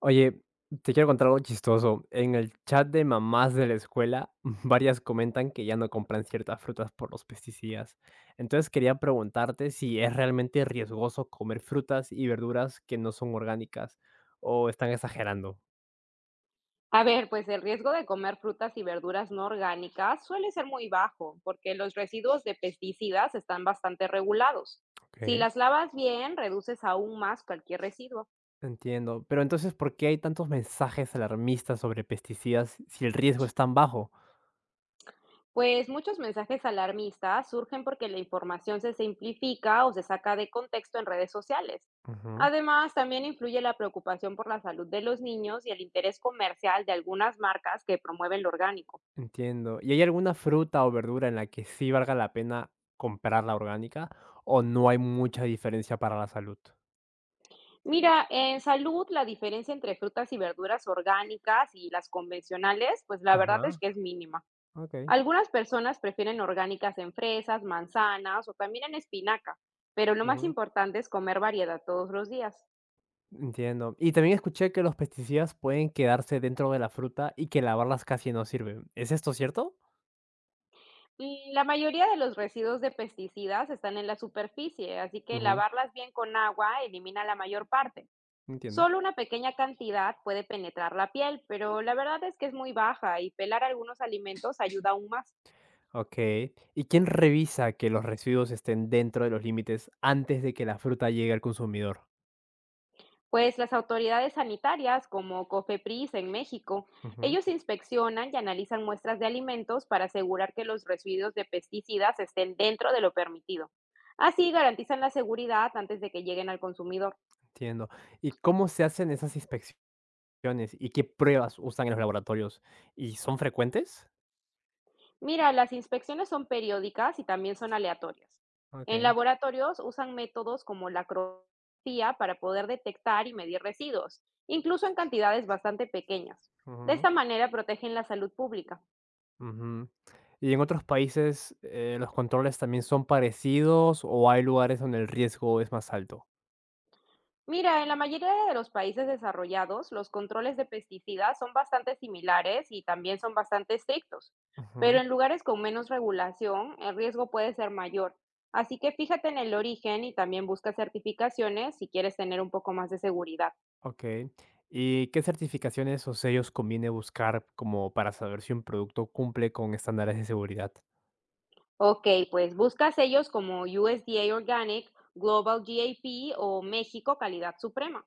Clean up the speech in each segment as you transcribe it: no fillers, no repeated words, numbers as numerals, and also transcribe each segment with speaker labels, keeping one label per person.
Speaker 1: Oye, te quiero contar algo chistoso. En el chat de mamás de la escuela, varias comentan que ya no compran ciertas frutas por los pesticidas. Entonces quería preguntarte si es realmente riesgoso comer frutas y verduras que no son orgánicas o están exagerando.
Speaker 2: A ver, pues el riesgo de comer frutas y verduras no orgánicas suele ser muy bajo, porque los residuos de pesticidas están bastante regulados. Si
Speaker 1: Ok.
Speaker 2: las lavas bien, reduces aún más cualquier residuo.
Speaker 1: Entiendo. Pero entonces, ¿por qué hay tantos mensajes alarmistas sobre pesticidas si el riesgo es tan bajo?
Speaker 2: Pues muchos mensajes alarmistas surgen porque la información se simplifica o se saca de contexto en redes sociales.
Speaker 1: Ujú.
Speaker 2: Además, también influye la preocupación por la salud de los niños y el interés comercial de algunas marcas que promueven lo orgánico.
Speaker 1: Entiendo. ¿Y hay alguna fruta o verdura en la que sí valga la pena comprar la orgánica, o no hay mucha diferencia para la salud?
Speaker 2: Mira, en salud, la diferencia entre frutas y verduras orgánicas y las convencionales, pues la verdad
Speaker 1: Ajá,
Speaker 2: es que es mínima.
Speaker 1: okey.
Speaker 2: Algunas personas prefieren orgánicas en fresas, manzanas o también en espinaca, pero lo más
Speaker 1: Ujú.
Speaker 2: importante es comer variedad todos los días.
Speaker 1: Entiendo. Y también escuché que los pesticidas pueden quedarse dentro de la fruta y que lavarlas casi no sirven. ¿Es esto cierto?
Speaker 2: Mm, la mayoría de los residuos de pesticidas están en la superficie, así que
Speaker 1: Ujú,
Speaker 2: lavarlas bien con agua elimina la mayor parte.
Speaker 1: entiendo.
Speaker 2: Solo una pequeña cantidad puede penetrar la piel, pero la verdad es que es muy baja y pelar algunos alimentos ayuda aún más.
Speaker 1: Okey. ¿Y quién revisa que los residuos estén dentro de los límites antes de que la fruta llegue al consumidor?
Speaker 2: Pues las autoridades sanitarias, como COFEPRIS en México,
Speaker 1: Ujú,
Speaker 2: ellos inspeccionan y analizan muestras de alimentos para asegurar que los residuos de pesticidas estén dentro de lo permitido. Así garantizan la seguridad antes de que lleguen al consumidor.
Speaker 1: entiendo. ¿Y cómo se hacen esas inspecciones? Opciones ¿Y qué pruebas usan en los laboratorios? ¿Y son frecuentes?
Speaker 2: Mira, las inspecciones son periódicas y también son aleatorias. En
Speaker 1: Okey,
Speaker 2: laboratorios usan métodos como la acroscopía para poder detectar y medir residuos, incluso en cantidades bastante pequeñas. De
Speaker 1: ujú.
Speaker 2: esta manera protegen la salud pública.
Speaker 1: Ujú. ¿Y en otros países, los controles también son parecidos o hay lugares donde el riesgo es más alto?
Speaker 2: Mira, en la mayoría de los países desarrollados, los controles de pesticidas son bastante similares y también son bastante estrictos, pero
Speaker 1: Ujú,
Speaker 2: en lugares con menos regulación, el riesgo puede ser mayor. Así que fíjate en el origen y también busca certificaciones si quieres tener un poco más de seguridad.
Speaker 1: okey. ¿Y qué certificaciones o sellos conviene buscar como para saber si un producto cumple con estándares de seguridad?
Speaker 2: Ok, pues busca sellos como USDA Organic, Global GAP o México Calidad Suprema.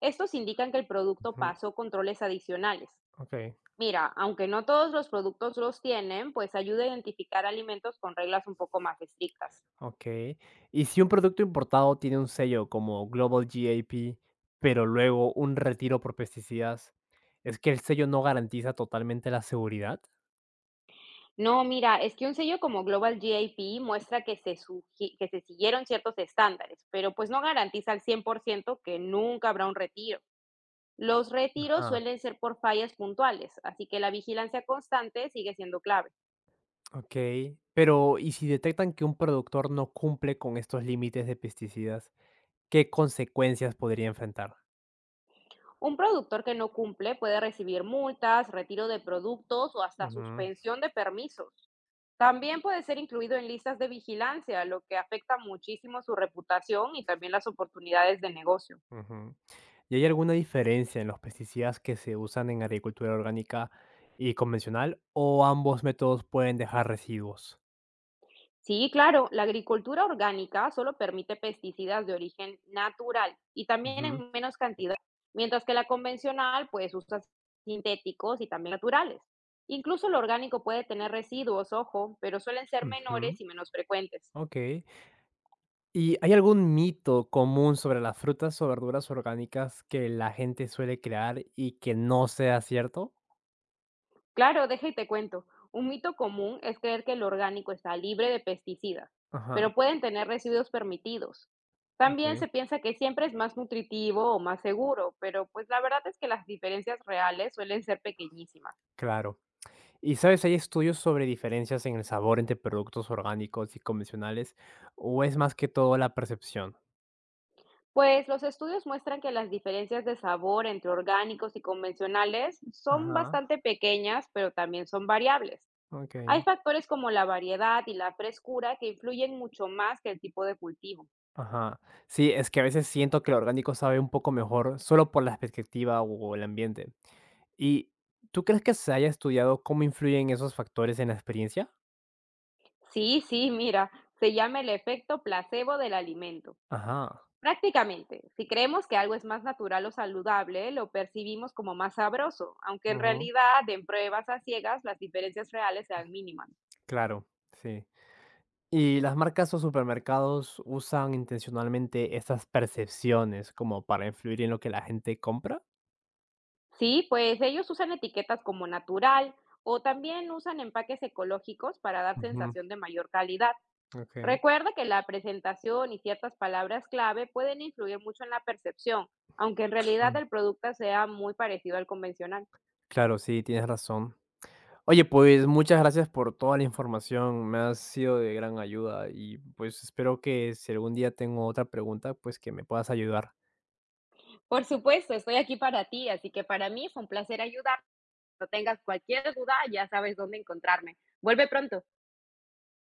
Speaker 2: Estos indican que el producto
Speaker 1: Ujú,
Speaker 2: pasó controles adicionales.
Speaker 1: okey.
Speaker 2: Mira, aunque no todos los productos los tienen, pues ayuda a identificar alimentos con reglas un poco más estrictas.
Speaker 1: Okey. Y si un producto importado tiene un sello como Global GAP, pero luego un retiro por pesticidas, ¿es que el sello no garantiza totalmente la seguridad?
Speaker 2: No, mira, es que un sello como Global GAP muestra que se siguieron ciertos estándares, pero pues no garantiza al 100% que nunca habrá un retiro. Los retiros
Speaker 1: Ajá,
Speaker 2: suelen ser por fallas puntuales, así que la vigilancia constante sigue siendo clave.
Speaker 1: okey. Pero, ¿y si detectan que un productor no cumple con estos límites de pesticidas, qué consecuencias podría enfrentar?
Speaker 2: Un productor que no cumple puede recibir multas, retiro de productos o hasta
Speaker 1: Ujú.
Speaker 2: suspensión de permisos. También puede ser incluido en listas de vigilancia, lo que afecta muchísimo su reputación y también las oportunidades de negocio.
Speaker 1: Ujú. ¿Y hay alguna diferencia en los pesticidas que se usan en agricultura orgánica y convencional, o ambos métodos pueden dejar residuos?
Speaker 2: Sí, claro, la agricultura orgánica solo permite pesticidas de origen natural y también
Speaker 1: Ujú,
Speaker 2: en menos cantidad, mientras que la convencional pues usa sintéticos y también naturales. Incluso lo orgánico puede tener residuos, ojo, pero suelen ser
Speaker 1: ujú,
Speaker 2: menores y menos frecuentes.
Speaker 1: okey. ¿Y hay algún mito común sobre las frutas o verduras orgánicas que la gente suele crear y que no sea cierto?
Speaker 2: Claro, deja y te cuento. Un mito común es creer que el orgánico está libre de pesticidas,
Speaker 1: Ajá,
Speaker 2: pero pueden tener residuos permitidos. También se
Speaker 1: okey,
Speaker 2: piensa que siempre es más nutritivo o más seguro, pero pues la verdad es que las diferencias reales suelen ser pequeñísimas.
Speaker 1: claro. ¿Y sabes, hay estudios sobre diferencias en el sabor entre productos orgánicos y convencionales, o es más que todo la percepción?
Speaker 2: Pues los estudios muestran que las diferencias de sabor entre orgánicos y convencionales son
Speaker 1: Ajá,
Speaker 2: bastante pequeñas, pero también son variables. Hay
Speaker 1: okey.
Speaker 2: factores como la variedad y la frescura que influyen mucho más que el tipo de cultivo.
Speaker 1: Ajá. Sí, es que a veces siento que lo orgánico sabe un poco mejor solo por la perspectiva o el ambiente. ¿Y tú crees que se haya estudiado cómo influyen esos factores en la experiencia?
Speaker 2: Sí, mira, se llama el efecto placebo del alimento.
Speaker 1: Ajá.
Speaker 2: Prácticamente, si creemos que algo es más natural o saludable, lo percibimos como más sabroso, aunque en
Speaker 1: Ujú.
Speaker 2: realidad en pruebas a ciegas las diferencias reales sean mínimas.
Speaker 1: Claro, sí. ¿Y las marcas o supermercados usan intencionalmente estas percepciones como para influir en lo que la gente compra?
Speaker 2: Sí, pues ellos usan etiquetas como natural o también usan empaques ecológicos para dar
Speaker 1: Ujú,
Speaker 2: sensación de mayor calidad.
Speaker 1: ok.
Speaker 2: Recuerda que la presentación y ciertas palabras clave pueden influir mucho en la percepción, aunque en realidad
Speaker 1: Mm,
Speaker 2: el producto sea muy parecido al convencional.
Speaker 1: claro, sí, tienes razón. Oye, pues muchas gracias por toda la información, me ha sido de gran ayuda y pues espero que si algún día tengo otra pregunta, pues que me puedas ayudar.
Speaker 2: Por supuesto, estoy aquí para ti, así que para mí fue un placer ayudarte. No tengas cualquier duda, ya sabes dónde encontrarme. Vuelve pronto.